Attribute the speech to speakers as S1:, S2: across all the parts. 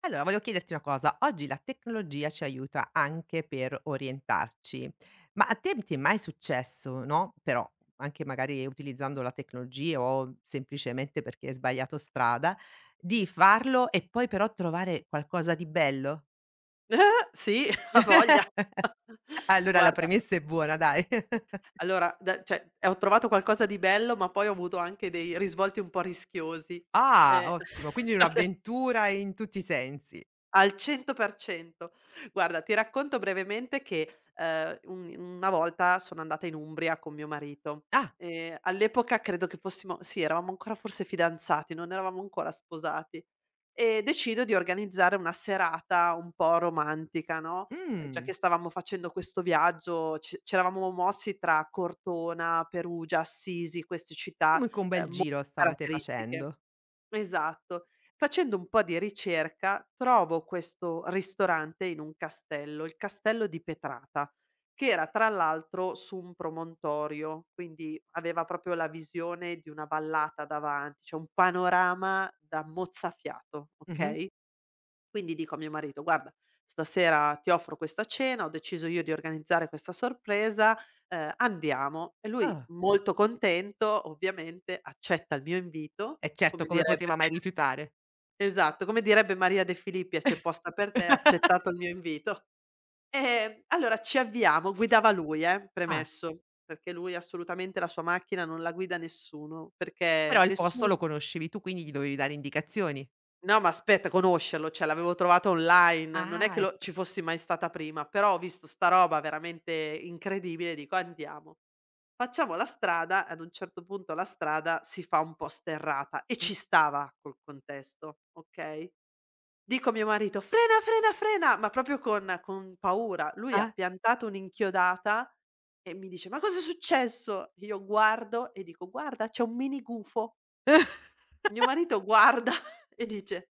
S1: Allora, volevo chiederti una cosa, oggi la tecnologia ci aiuta anche per orientarci, ma a te ti è mai successo, no, però anche magari utilizzando la tecnologia o semplicemente perché hai sbagliato strada, di farlo e poi però trovare qualcosa di bello?
S2: Eh, sì, ha voglia.
S1: Allora la
S2: Guarda,
S1: premessa è buona, dai.
S2: allora da cioè, ho trovato qualcosa di bello, ma poi ho avuto anche dei risvolti un po' rischiosi,
S1: Ah,
S2: ehm,
S1: ottimo, quindi un'avventura in tutti i sensi.
S2: al 100%. Guarda, ti racconto brevemente che, un Una volta sono andata in Umbria con mio marito.
S1: Ah,
S2: All'epoca credo che fossimo sì, eravamo ancora forse fidanzati, non eravamo ancora sposati. E decido di organizzare una serata un po' romantica, no, già
S1: mh,
S2: che stavamo facendo questo viaggio, ci eravamo mossi tra Cortona, Perugia, Assisi, queste città,
S1: comunque un bel
S2: molto
S1: giro stavate
S2: caratteristiche.
S1: facendo.
S2: Esatto. Facendo un po' di ricerca trovo questo ristorante in un castello, il Castello di Petrata, che era tra l'altro su un promontorio, quindi aveva proprio la visione di una vallata davanti, cioè un panorama da mozzafiato,
S1: Mh-mh.
S2: okay. Quindi dico a mio marito: "Guarda, stasera ti offro questa cena, ho deciso io di organizzare questa sorpresa, andiamo." E lui
S1: Ah,
S2: molto contento ovviamente accetta il mio invito.
S1: e certo,
S2: Come
S1: come
S2: direbbe
S1: poteva mai rifiutare?
S2: Esatto, come direbbe Maria De Filippi: "C'è posta per te, accettato il mio invito". Allora ci avviamo guidava lui
S1: Ah.
S2: premesso, perché lui assolutamente la sua macchina non la guida nessuno, perché
S1: Però il posto
S2: nessuno
S1: lo conoscevi tu, quindi gli dovevi dare indicazioni.
S2: no, ma aspetta conoscerlo, cioè l'avevo trovato online, non è che
S1: Ah,
S2: lo
S1: ecco.
S2: ci fossi mai stata prima, però ho visto sta roba veramente incredibile, dico: "Andiamo". Facciamo la strada, ad un certo punto la strada si fa un po' sterrata e
S1: Mh.
S2: ci stava col contesto, okay? Dico a mio marito: "Frena, frena, frena!" Ma proprio con paura. Lui ha
S1: Ah.
S2: piantato un'inchiodata e mi dice: "Ma cos'è successo?" Io guardo e dico: "Guarda, c'è un mini gufo." Mio marito guarda e dice: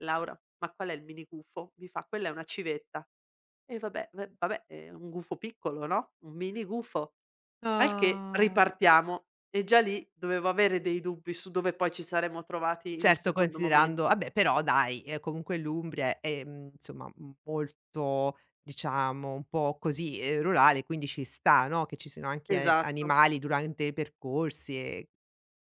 S2: "Laura, ma qual è il mini gufo?" Mi fa: "Quella è una civetta." E vabbè, v vabbè, è un gufo piccolo, no, un mini gufo. Al che
S1: Ah.
S2: ripartiamo e già lì dovevo avere dei dubbi su dove poi ci saremmo trovati in un
S1: Certo,
S2: secondo
S1: considerando
S2: momento.
S1: vabbè, però dai, comunque l'Umbria è, insomma, m molto, diciamo, un po' così, rurale, quindi ci sta, no, che ci siano anche
S2: Esatto.
S1: animali durante i percorsi e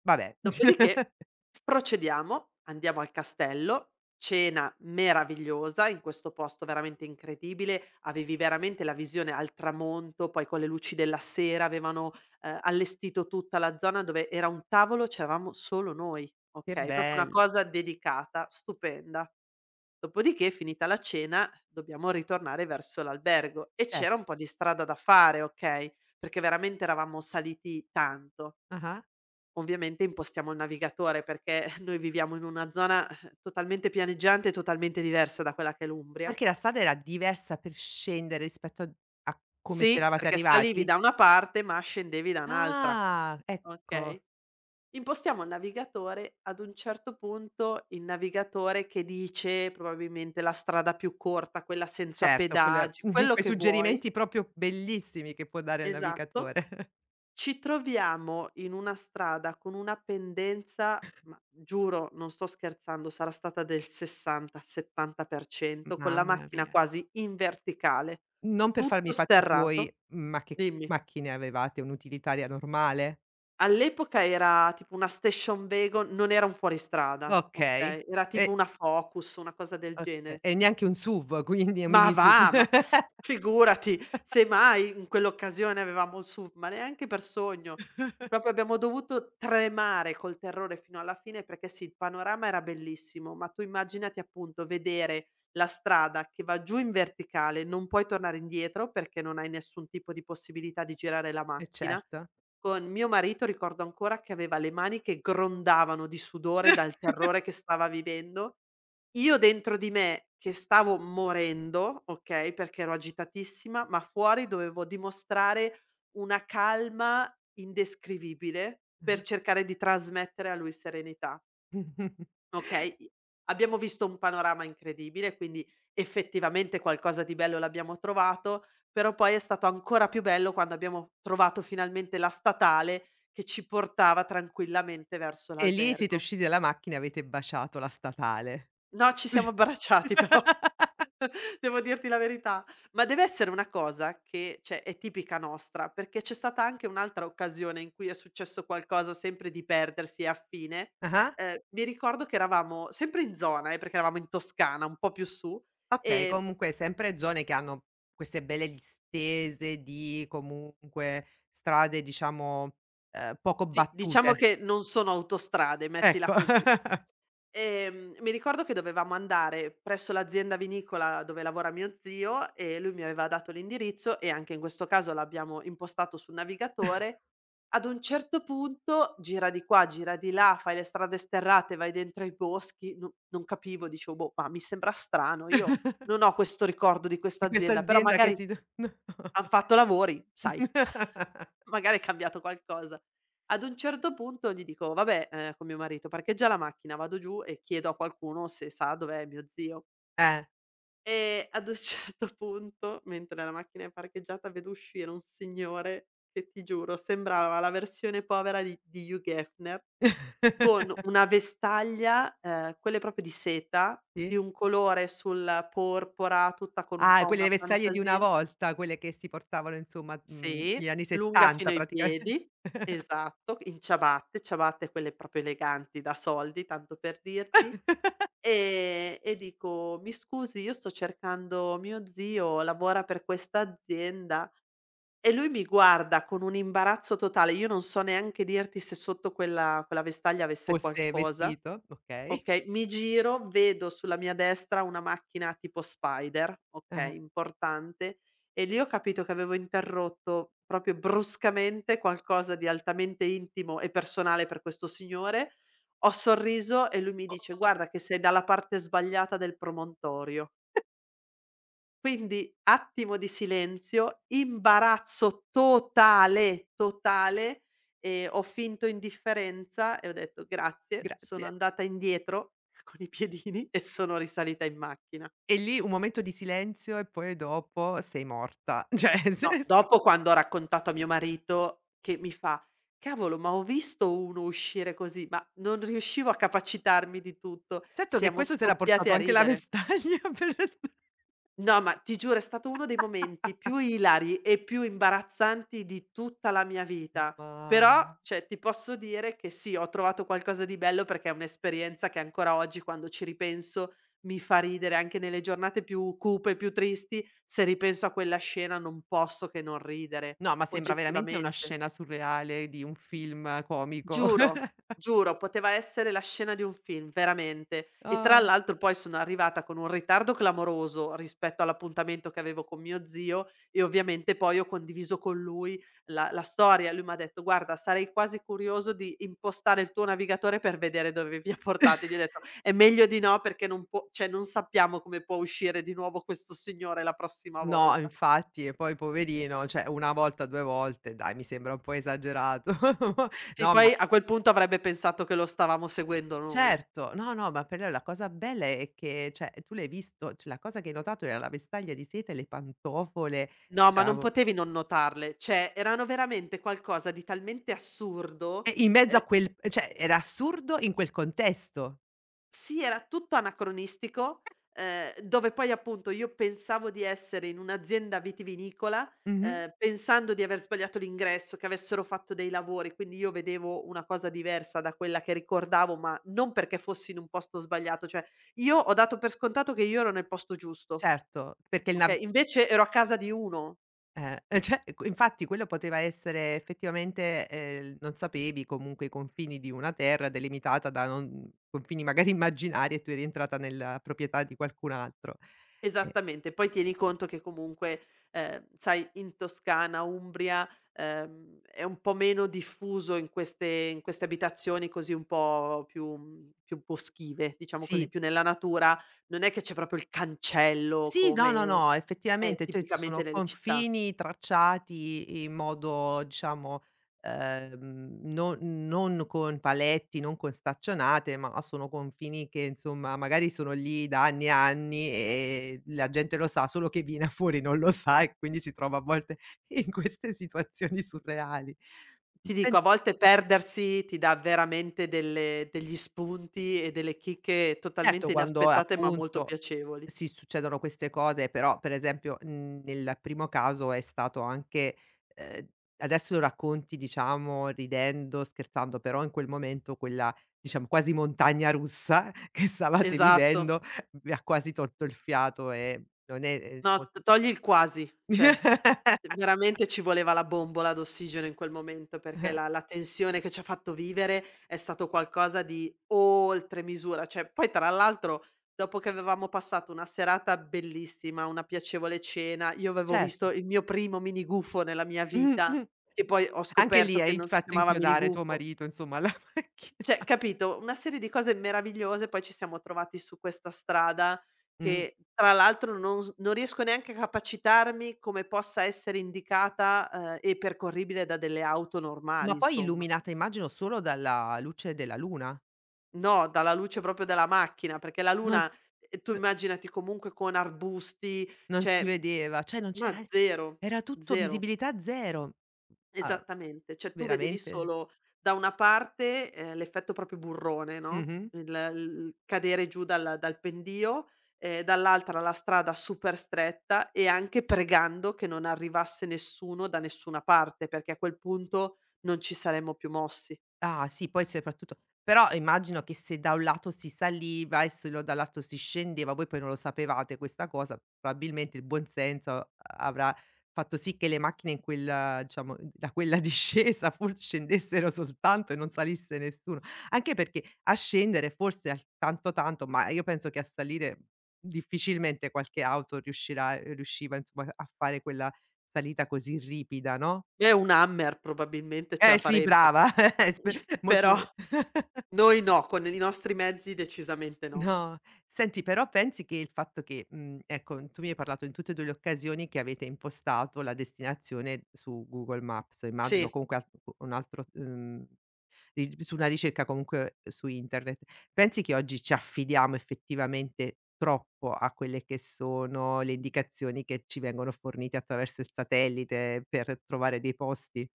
S1: vabbè.
S2: Dopodiché Procediamo, andiamo al castello, cena meravigliosa in questo posto veramente incredibile, avevi veramente la visione al tramonto, poi con le luci della sera avevano, allestito tutta la zona dove era un tavolo, c'eravamo solo noi,
S1: Che
S2: okay, proprio una
S1: bello.
S2: cosa dedicata, stupenda. Dopodiché finita la cena dobbiamo ritornare verso l'albergo e
S1: Cer
S2: c'era un po' di strada da fare, okay, perché veramente eravamo saliti tanto.
S1: ah-ah.
S2: Ovviamente impostiamo il navigatore perché noi viviamo in una zona, totalmente pianeggiante e totalmente diversa da quella che è l'Umbria.
S1: Perché la strada era diversa per scendere rispetto a come
S2: Sì,
S1: c'eravate
S2: perché salivi
S1: arrivati?
S2: da una parte ma scendevi da un'altra,
S1: Ah,
S2: okay.
S1: ecco.
S2: Impostiamo il navigatore, ad un certo punto il navigatore che dice probabilmente la strada più corta, quella senza
S1: Certo, quella
S2: pedaggi, quello
S1: quei
S2: che vuoi
S1: suggerimenti proprio bellissimi che può dare il
S2: esatto.
S1: navigatore.
S2: Ci troviamo in una strada con una pendenza, ma giuro, non sto scherzando, sarà stata del 60, 70%, con la
S1: Mamma
S2: macchina
S1: mia.
S2: quasi in verticale,
S1: Non per farmi
S2: tutto
S1: i fatti
S2: sterrato.
S1: tuoi, ma che
S2: Dimmi.
S1: macchine avevate? Un'utilitaria normale?
S2: All'epoca era tipo una station wagon, non era un fuoristrada,
S1: Okay.
S2: okay, era tipo
S1: E
S2: una Focus, una cosa del
S1: okay.
S2: genere.
S1: E neanche un SUV, quindi, un
S2: Ma
S1: mini SUV.
S2: va, ma figurati, semmai in quell'occasione avevamo il SUV, ma neanche per sogno. Proprio abbiamo dovuto tremare col terrore fino alla fine perché sì, il panorama era bellissimo, ma tu immaginati appunto vedere la strada che va giù in verticale, non puoi tornare indietro perché non hai nessun tipo di possibilità di girare la
S1: E
S2: macchina.
S1: certo.
S2: Con mio marito ricordo ancora che aveva le mani che grondavano di sudore dal terrore che stava vivendo io dentro di me che stavo morendo, okay, perché ero agitatissima, ma fuori dovevo dimostrare una calma indescrivibile per cercare di trasmettere a lui serenità, okay? I abbiamo visto un panorama incredibile, quindi effettivamente qualcosa di bello l'abbiamo trovato, però poi è stato ancora più bello quando abbiamo trovato finalmente la statale che ci portava tranquillamente verso
S1: E lì siete
S2: l'albergo.
S1: usciti dalla macchina e avete baciato la statale.
S2: No, ci siamo abbracciati però. Devo dirti la verità, ma deve essere una cosa che, cioè, è tipica nostra, perché c'è stata anche un'altra occasione in cui è successo qualcosa sempre di perdersi e a fine.
S1: Ah-ah.
S2: Mi ricordo che eravamo sempre in zona, perché eravamo in Toscana, un po' più su,
S1: Okay,
S2: ehm,
S1: comunque sempre zone che hanno queste belle distese di comunque strade, diciamo, poco
S2: sì, diciamo
S1: battute.
S2: che non sono autostrade, mettila
S1: Ecco.
S2: così. Mi ricordo che dovevamo andare presso l'azienda vinicola dove lavora mio zio e lui mi aveva dato l'indirizzo e anche in questo caso l'abbiamo impostato sul navigatore. Ad un certo punto gira di qua, gira di là, fai le strade sterrate, vai dentro ai boschi, non capivo, dicevo, boh, ma mi sembra strano, io non ho questo ricordo di questa
S1: di questa
S2: azienda, però
S1: azienda che
S2: magari
S1: si d
S2: hanno fatto lavori, sai.
S1: No.
S2: Magari è cambiato qualcosa. Ad un certo punto gli dico: "Vabbè", con mio marito: "Parcheggia la macchina, vado giù e chiedo a qualcuno se sa dov'è mio zio".
S1: Eh.
S2: E ad un certo punto, mentre la macchina è parcheggiata, vedo uscire un signore che, ti giuro, sembrava la versione povera di Hugh Hefner, con una vestaglia, quelle proprio di seta, di
S1: Sì?
S2: un colore sul porpora, tutta con un
S1: Ah,
S2: po'
S1: quelle
S2: una
S1: le vestaglie di una
S2: fantasia
S1: volta, quelle che si portavano insomma,
S2: sì,
S1: negli anni
S2: lunga fino
S1: '70
S2: ai
S1: praticamente.
S2: piedi, esatto, in ciabatte, ciabatte quelle proprio eleganti da soldi, tanto per dirti, e dico: "Mi scusi, io sto cercando mio zio, lavora per questa azienda" e lui mi guarda con un imbarazzo totale. Io non so neanche dirti se sotto quella vestaglia avesse
S1: Fosse
S2: qualcosa.
S1: vestito, okay.
S2: Okay, mi giro, vedo sulla mia destra una macchina tipo Spider, okay,
S1: Ah-ah.
S2: importante, e lì ho capito che avevo interrotto proprio bruscamente qualcosa di altamente intimo e personale per questo signore. Ho sorriso e lui mi dice:
S1: Oh,
S2: "Guarda che sei dalla parte sbagliata del promontorio". Quindi attimo di silenzio, imbarazzo totale, totale, ho finto indifferenza e ho detto: "Grazie". Sono
S1: grazie.
S2: andata indietro con i piedini e sono risalita in macchina.
S1: E lì un momento di silenzio e poi dopo sei morta. Cioè
S2: No,
S1: se
S2: dopo quando ho raccontato a mio marito che mi fa: "Cavolo, ma ho visto uno uscire così", ma non riuscivo a capacitarmi di tutto.
S1: Certo che
S2: Siamo
S1: questo s'era
S2: scoppiati
S1: portato
S2: a
S1: anche la
S2: ridere.
S1: vestaglia per resta
S2: No, ma ti giuro è stato uno dei momenti più ilari e più imbarazzanti di tutta la mia vita. Però,
S1: Mamma.
S2: cioè, ti posso dire che sì, ho trovato qualcosa di bello perché è un'esperienza che ancora oggi, quando ci ripenso, mi fa ridere anche nelle giornate più cupe, più tristi. Se ripenso a quella scena non posso che non ridere,
S1: No, ma sembra veramente una
S2: oggettivamente.
S1: scena surreale di un film comico.
S2: Giuro, giuro, poteva essere la scena di un film, veramente. E tra
S1: Ah.
S2: l'altro poi sono arrivata con un ritardo clamoroso rispetto all'appuntamento che avevo con mio zio e ovviamente poi ho condiviso con lui la storia. Lui m'ha detto: "Guarda, sarei quasi curioso di impostare il tuo navigatore per vedere dove vi ha portati." Gli ho detto: "È meglio di no perché non può cioè non sappiamo come può uscire di nuovo questo signore la prossima
S1: No,
S2: volta."
S1: infatti, e poi poverino, cioè una volta, due volte, dai, mi sembra un po' esagerato.
S2: Sì,
S1: No, ma
S2: poi a quel punto avrebbe pensato che lo stavamo seguendo noi.
S1: certo, no, no, ma per lei la cosa bella è che cioè tu l'hai visto, cioè la cosa che hai notato era la vestaglia di seta e le pantofole,
S2: No, ma non
S1: diciamo,
S2: potevi non notarle, cioè erano veramente qualcosa di talmente assurdo,
S1: e in mezzo a
S2: ehm,
S1: quel, cioè era assurdo in quel contesto.
S2: sì era tutto anacronistico, dove poi appunto io pensavo di essere in un'azienda vitivinicola,
S1: Mh-mh.
S2: pensando di aver sbagliato l'ingresso, che avessero fatto dei lavori, quindi io vedevo una cosa diversa da quella che ricordavo, ma non perché fossi in un posto sbagliato, cioè io ho dato per scontato che io ero nel posto giusto,
S1: Certo, perché il nav
S2: okay, invece ero a casa di uno.
S1: e cioè q infatti quello poteva essere effettivamente non sapevi comunque i confini di una terra delimitata da non confini magari immaginari e tu eri entrata nella proprietà di qualcun altro. Eh,
S2: Esattamente, poi tieni conto che comunque, sai in Toscana, Umbria, è un po' meno diffuso in queste abitazioni così un po' più più boschive, diciamo così,
S1: sì.
S2: più nella natura, non è che c'è proprio il cancello
S1: Sì, no, no,
S2: come
S1: no,
S2: è
S1: effettivamente, cioè ci
S2: tipicamente
S1: sono
S2: nelle città.
S1: confini tracciati in modo, diciamo, non con paletti, non con staccionate, ma sono confini che insomma magari sono lì da anni e anni, e la gente lo sa, solo che viene fuori non lo sa e quindi si trova a volte in queste situazioni surreali.
S2: Ti dico
S1: Sen
S2: a volte perdersi ti dà veramente delle degli spunti e delle chicche
S1: Certo,
S2: totalmente
S1: quando
S2: inaspettate, ma molto
S1: appunto
S2: piacevoli.
S1: sì, succedono queste cose, però per esempio, nel primo caso è stato anche ehm, adesso lo racconti, diciamo, ridendo, scherzando, però in quel momento quella, diciamo, quasi montagna russa che stavate
S2: Esatto.
S1: vivendo vi ha quasi tolto il fiato e non è è mol
S2: No, t togli il quasi, cioè veramente ci voleva la bombola d'ossigeno in quel momento, perché la tensione che ci ha fatto vivere è stato qualcosa di oltre misura. Cioè, poi tra l'altro dopo che avevamo passato una serata bellissima, una piacevole cena, io avevo
S1: certo.
S2: visto il mio primo mini gufo nella mia
S1: Mh-mh,
S2: vita,
S1: mh.
S2: che poi ho
S1: Anche
S2: scoperto
S1: lì
S2: che
S1: hai
S2: non si
S1: fatto
S2: chiamava mini
S1: inchiodare tuo
S2: gufo.
S1: marito insomma alla
S2: Cioè,
S1: macchina.
S2: capito, una serie di cose meravigliose, poi ci siamo trovati su questa strada
S1: Mh.
S2: che tra l'altro non riesco neanche a capacitarmi come possa essere indicata, e percorribile da delle auto normali
S1: Ma poi
S2: insomma.
S1: illuminata immagino solo dalla luce della luna?
S2: No, dalla luce proprio della macchina, perché la
S1: Non.
S2: luna, tu
S1: N
S2: immaginati comunque con arbusti,
S1: Non si
S2: cioè
S1: vedeva, cioè non
S2: ma
S1: c'era,
S2: zero,
S1: era tutto
S2: zero.
S1: visibilità 0. Ah,
S2: Esattamente, cioè tu vedevi
S1: veramente?
S2: solo da una parte, l'effetto proprio burrone, no,
S1: Mh-mh.
S2: il cadere giù dal pendio, dall'altra la strada super stretta e anche pregando che non arrivasse nessuno da nessuna parte, perché a quel punto non ci saremmo più mossi.
S1: Ah sì, poi soprattutto però immagino che se da un lato si saliva e se lo dall'altro si scendeva, voi poi non lo sapevate questa cosa, probabilmente il buon senso a avrà fatto sì che le macchine in quella, diciamo, da quella discesa for scendessero soltanto e non salisse nessuno. Anche perché a scendere forse al tanto tanto, ma io penso che a salire difficilmente qualche auto riuscirà, riusciva insomma a fare quella salita così ripida, no?
S2: E un Hammer probabilmente ce la
S1: Eh sì,
S2: farebbe,
S1: brava. spe Molto
S2: però
S1: ve
S2: noi no, con i nostri mezzi decisamente no.
S1: no. Senti, però pensi che il fatto che, ecco, tu mi hai parlato in tutte e due le occasioni che avete impostato la destinazione su Google Maps,
S2: Sì.
S1: immagino comunque al un altro, ri su una ricerca comunque su internet. Pensi che oggi ci affidiamo effettivamente troppo a quelle che sono le indicazioni che ci vengono fornite attraverso il satellite per trovare dei posti?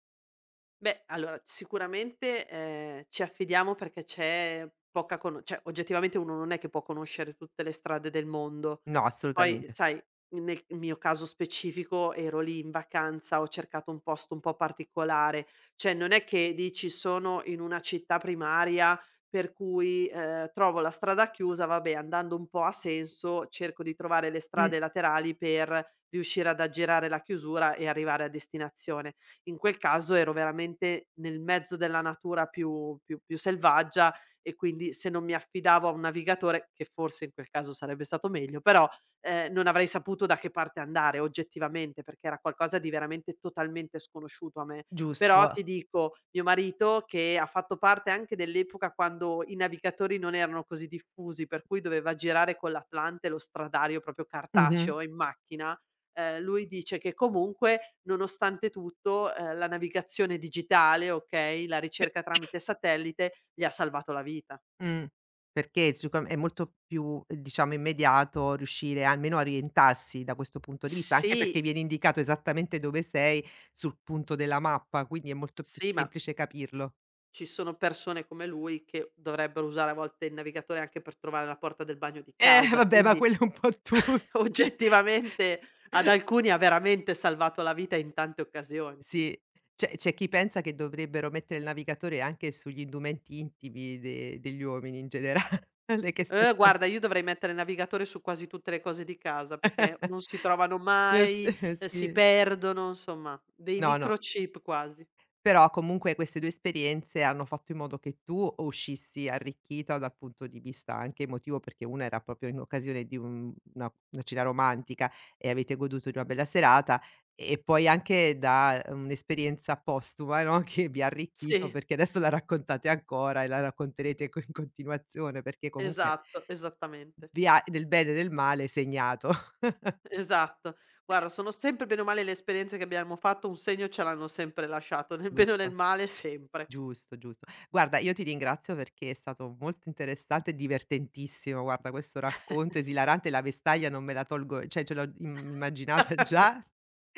S2: Beh, allora sicuramente, ci affidiamo perché c'è poca cono cioè oggettivamente uno non è che può conoscere tutte le strade del mondo,
S1: No,
S2: poi,
S1: assolutamente.
S2: sai, nel mio caso specifico ero lì in vacanza, ho cercato un posto un po' particolare, cioè non è che dici: "Sono in una città primaria per cui, trovo la strada chiusa, vabbè andando un po' a senso cerco di trovare le
S1: Mh,
S2: strade laterali per riuscire ad aggirare la chiusura e arrivare a destinazione". In quel caso ero veramente nel mezzo della natura più selvaggia e quindi se non mi affidavo a un navigatore, che forse in quel caso sarebbe stato meglio, però non avrei saputo da che parte andare oggettivamente, perché era qualcosa di veramente totalmente sconosciuto a me. Però
S1: giusto.
S2: ti dico, mio marito che ha fatto parte anche dell'epoca quando i navigatori non erano così diffusi, per cui doveva girare con l'Atlante lo stradario proprio
S1: Mh-mh.
S2: cartaceo in macchina, lui dice che comunque nonostante tutto, la navigazione digitale, okay, la ricerca tramite satellite, gli ha salvato la vita.
S1: Mh. Perché il succo è molto più, diciamo, immediato riuscire almeno a orientarsi da questo punto di vista, anche
S2: Sì,
S1: perché viene indicato esattamente dove sei sul punto della mappa, quindi è molto più
S2: sì, ma
S1: semplice capirlo.
S2: ci sono persone come lui che dovrebbero usare a volte il navigatore anche per trovare la porta del bagno di
S1: Eh
S2: casa,
S1: vabbè, ma
S2: quindi
S1: quello è un po' tutti.
S2: oggettivamente ad alcuni ha veramente salvato la vita in tante occasioni.
S1: Sì, c'è chi pensa che dovrebbero mettere il navigatore anche sugli indumenti intimi de degli uomini in generale, che se com
S2: Guarda io dovrei mettere il navigatore su quasi tutte le cose di casa perché non si trovano mai, si
S1: sì.
S2: perdono, insomma dei
S1: No, no.
S2: microchip quasi.
S1: Però comunque queste due esperienze hanno fatto in modo che tu uscissi arricchita dal punto di vista anche emotivo, perché una era proprio in occasione di un una cena romantica e avete goduto di una bella serata, e poi anche da un'esperienza postuma, no, che vi ha arricchito,
S2: Sì,
S1: perché adesso la raccontate ancora e la racconterete co in continuazione, perché comunque
S2: esatto, esattamente.
S1: vi ha, nel bene e nel male, segnato.
S2: Esatto. Guarda sono sempre bene o male le esperienze che abbiamo fatto un segno ce l'hanno sempre lasciato, nel bene o nel
S1: Giusto.
S2: male sempre.
S1: Giusto, giusto. Guarda, io ti ringrazio perché è stato molto interessante e divertentissimo. Guarda, questo racconto esilarante, la vestaglia non me la tolgo, cioè ce l'ho im immaginata già,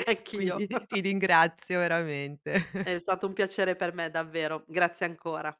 S2: Anch'io.
S1: quindi ti ringrazio veramente.
S2: È stato un piacere per me davvero. Grazie ancora.